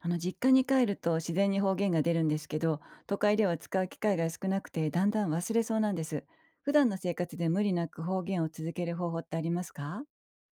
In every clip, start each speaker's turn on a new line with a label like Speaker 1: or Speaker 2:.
Speaker 1: 実家に帰ると自然に方言が出るんですけど、都会では使う機会が少なくてだんだん忘れそうなんです。普段の生活で無理なく方言を続ける方法ってありますか？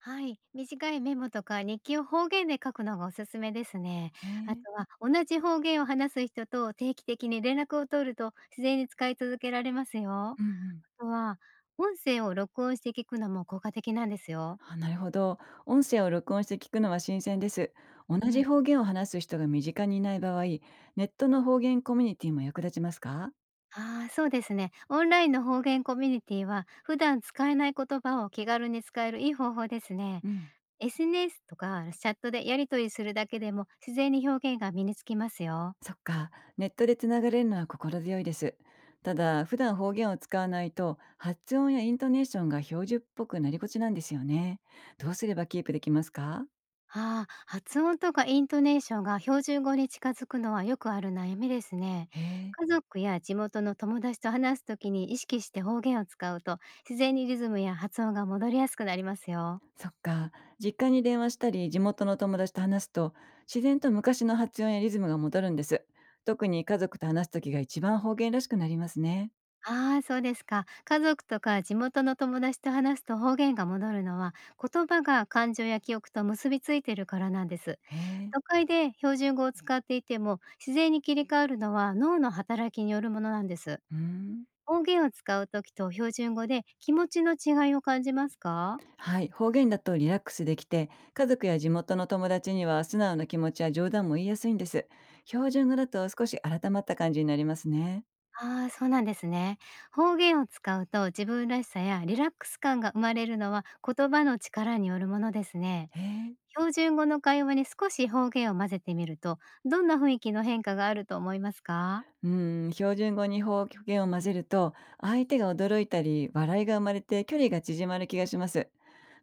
Speaker 2: はい、短いメモとか日記を方言で書くのがおすすめですね。
Speaker 1: へ
Speaker 2: あ
Speaker 1: え。
Speaker 2: とは同じ方言を話す人と定期的に連絡を取ると自然に使い続けられますよ。あ
Speaker 1: うんうん。
Speaker 2: とは音声を録音して聞くのも効果的なんですよ。
Speaker 1: あ、なるほど。音声を録音して聞くのは新鮮です。同
Speaker 2: う
Speaker 1: じ
Speaker 2: ん。
Speaker 1: 方言を話す人が身近にいない場合、ネットの方言コミュニティも役立ちますか？
Speaker 2: ああ、そうですね。オンラインの方言コミュニティは普段使えない言葉を気軽に使えるいい方法ですね。
Speaker 1: うん。
Speaker 2: SNS とかチャットでやり取りするだけでも自然に表現が身につきますよ。
Speaker 1: そっか、ネットでつながれるのは心強いです。ただ、普段方言を使わないと、発音やイントネーションが標準っぽくなりがちなんですよね。どうすればキープできますか？
Speaker 2: ああ、発音とかイントネーションが標準語に近づくのはよくある悩みですね。
Speaker 1: へえ、
Speaker 2: 家族や地元の友達と話すときに意識して方言を使うと、自然にリズムや発音が戻りやすくなりますよ。
Speaker 1: そっか。実家に電話したり、地元の友達と話すと、自然と昔の発音やリズムが戻るんです。特に家族と話すときが一番方言らしくなりますね。
Speaker 2: ああ、そうですか。家族とか地元の友達と話すと方言が戻るのは、言葉が感情や記憶と結びついてるからなんです。
Speaker 1: へえ、
Speaker 2: 都会で標準語を使っていても、自然に切り替わるのは脳の働きによるものなんです。
Speaker 1: うん。
Speaker 2: 方言を使うときと標準語で気持ちの違いを感じますか？
Speaker 1: はい、方言だとリラックスできて、家族や地元の友達には素直な気持ちや冗談も言いやすいんです。標準語だと少し改まった感じになりますね。
Speaker 2: ああー、そうなんですね。方言を使うと自分らしさやリラックス感が生まれるのは言葉の力によるものですね。
Speaker 1: へえ。
Speaker 2: 標準語の会話に少し方言を混ぜてみると、どんな雰囲気の変化があると思いますか？
Speaker 1: うん、標準語に方言を混ぜると、相手が驚いたり、笑いが生まれて距離が縮まる気がします。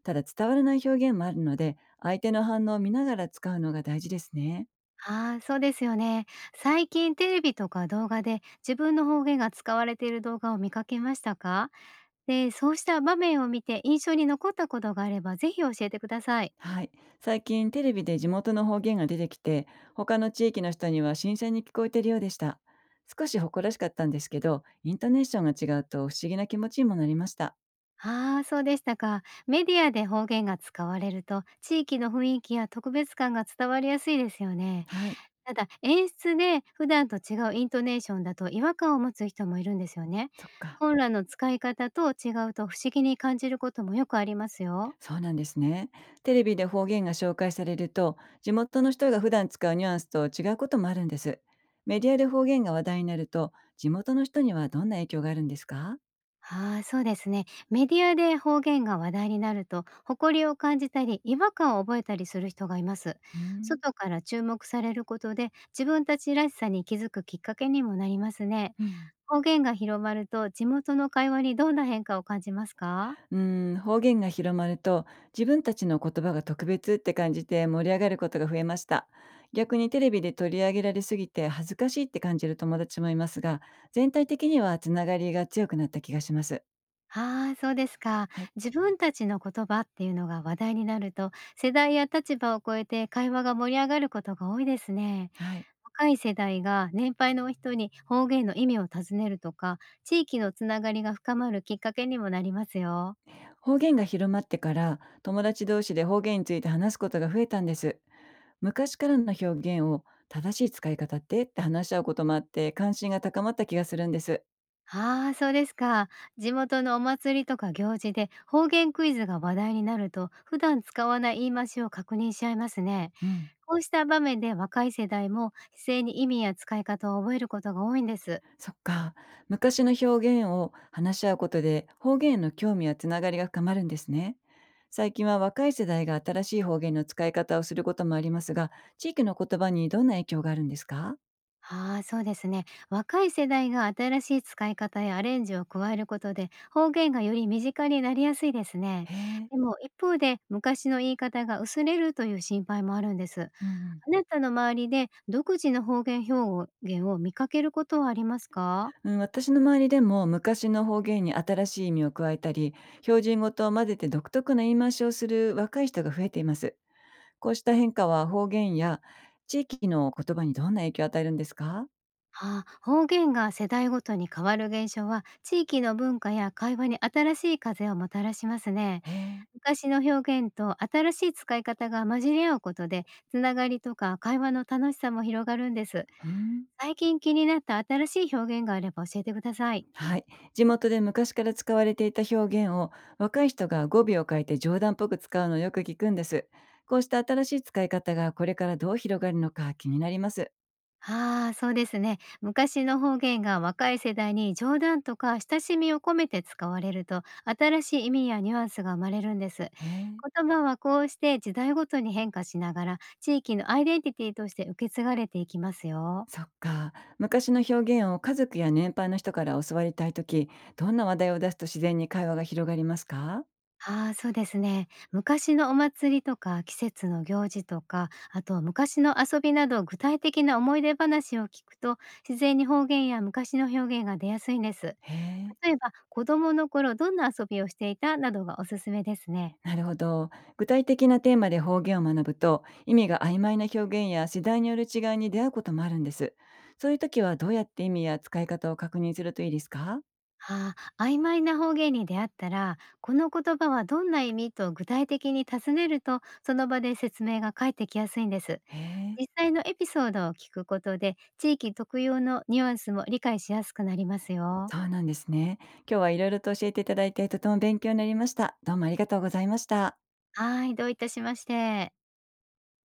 Speaker 1: ただ伝わらない表現もあるので、相手の反応を見ながら使うのが大事ですね。
Speaker 2: ああー、そうですよね。最近テレビとか動画で自分の方言が使われている動画を見かけましたか？で、そうした場面を見て印象に残ったことがあれば、ぜひ教えてください。
Speaker 1: はい。最近テレビで地元の方言が出てきて、他の地域の人には新鮮に聞こえているようでした。少し誇らしかったんですけど、イントネーションが違うと不思議な気持ちにもなりました。
Speaker 2: ああ、そうでしたか。メディアで方言が使われると、地域の雰囲気や特別感が伝わりやすいですよね。
Speaker 1: はい。
Speaker 2: ただ、演出で普段と違うイントネーションだと違和感を持つ人もいるんですよね。
Speaker 1: そっか。
Speaker 2: 本来の使い方と違うと不思議に感じることもよくありますよ。
Speaker 1: そうなんですね。テレビで方言が紹介されると、地元の人が普段使うニュアンスと違うこともあるんです。メディアで方言が話題になると、地元の人にはどんな影響があるんですか？
Speaker 2: ああ、そうですね。メディアで方言が話題になると、誇りを感じたり、違和感を覚えたりする人がいます。
Speaker 1: うーん。
Speaker 2: 外から注目されることで、自分たちらしさに気づくきっかけにもなりますね。
Speaker 1: うんうん、
Speaker 2: 方言が広まると、地元の会話にどんな変化を感じますか？
Speaker 1: うん、方言が広まると自分たちの言葉が特別って感じて盛り上がることが増えました。逆にテレビで取り上げられすぎて恥ずかしいって感じる友達もいますが、全体的にはつながりが強くなった気がします。
Speaker 2: ああー、そうですか。
Speaker 1: はい。
Speaker 2: 自分たちの言葉っていうのが話題になると、世代や立場を超えて会話が盛り上がることが多いですね。
Speaker 1: はい。
Speaker 2: 若い世代が年配の人に方言の意味を尋ねるとか、地域のつながりが深まるきっかけにもなりますよ。
Speaker 1: 方言が広まってから友達同士で方言について話すことが増えたんです。昔からの表現を正しい使い方って話し合うこともあって関心が高まった気がするんです。
Speaker 2: ああ、そうですか。地元のお祭りとか行事で方言クイズが話題になると、普段使わない言い回しを確認しちゃいますね。
Speaker 1: うん。
Speaker 2: こうした場面で若い世代も姿勢に意味や使い方を覚えることが多いんです。
Speaker 1: そっか。昔の表現を話し合うことで方言への興味やつながりが深まるんですね。最近は若い世代が新しい方言の使い方をすることもありますが、地域の言葉にどんな影響があるんですか？
Speaker 2: ああ、そうですね。若い世代が新しい使い方やアレンジを加えることで方言がより身近になりやすいですね。
Speaker 1: へえ。
Speaker 2: でも一方で昔の言い方が薄れるという心配もあるんです。
Speaker 1: うんうん、
Speaker 2: あなたの周りで独自の方言表現を見かけることはありますか？
Speaker 1: うん、私の周りでも昔の方言に新しい意味を加えたり、標準語と混ぜて独特な言い回しをする若い人が増えています。こうした変化は方言や地域の言葉にどんな影響を与えるんですか？
Speaker 2: ああ、方言が世代ごとに変わる現象は地域の文化や会話に新しい風をもたらしますね。
Speaker 1: へえ、
Speaker 2: 昔の表現と新しい使い方が混じり合うことで、つながりとか会話の楽しさも広がるんです。
Speaker 1: うん。
Speaker 2: 最近気になった新しい表現があれば教えてください。
Speaker 1: はい。地元で昔から使われていた表現を若い人が語尾を変えて冗談っぽく使うのをよく聞くんです。こうした新しい使い方がこれからどう広がるのか気になります。
Speaker 2: ああ、そうですね。昔の方言が若い世代に冗談とか親しみを込めて使われると、新しい意味やニュアンスが生まれるんです。
Speaker 1: へえ。
Speaker 2: 言葉はこうして時代ごとに変化しながら、地域のアイデンティティとして受け継がれていきますよ。
Speaker 1: そっか。昔の表現を家族や年配の人から教わりたいとき、どんな話題を出すと自然に会話が広がりますか？
Speaker 2: ああ、そうですね。昔のお祭りとか季節の行事とか、あと昔の遊びなど具体的な思い出話を聞くと、自然に方言や昔の表現が出やすいんです。
Speaker 1: へえ。
Speaker 2: 例えば、子供の頃どんな遊びをしていた、などがおすすめですね。
Speaker 1: なるほど。具体的なテーマで方言を学ぶと、意味が曖昧な表現や世代による違いに出会うこともあるんです。そういう時はどうやって意味や使い方を確認するといいですか？
Speaker 2: ああ、曖昧な方言に出会ったら、この言葉はどんな意味と具体的に尋ねると、その場で説明が返ってきやすいんです。
Speaker 1: へえ、
Speaker 2: 実際のエピソードを聞くことで、地域特有のニュアンスも理解しやすくなりますよ。
Speaker 1: そうなんですね。今日はいろいろと教えていただいて、とても勉強になりました。どうもありがとうございました。
Speaker 2: はい、どういたしまして。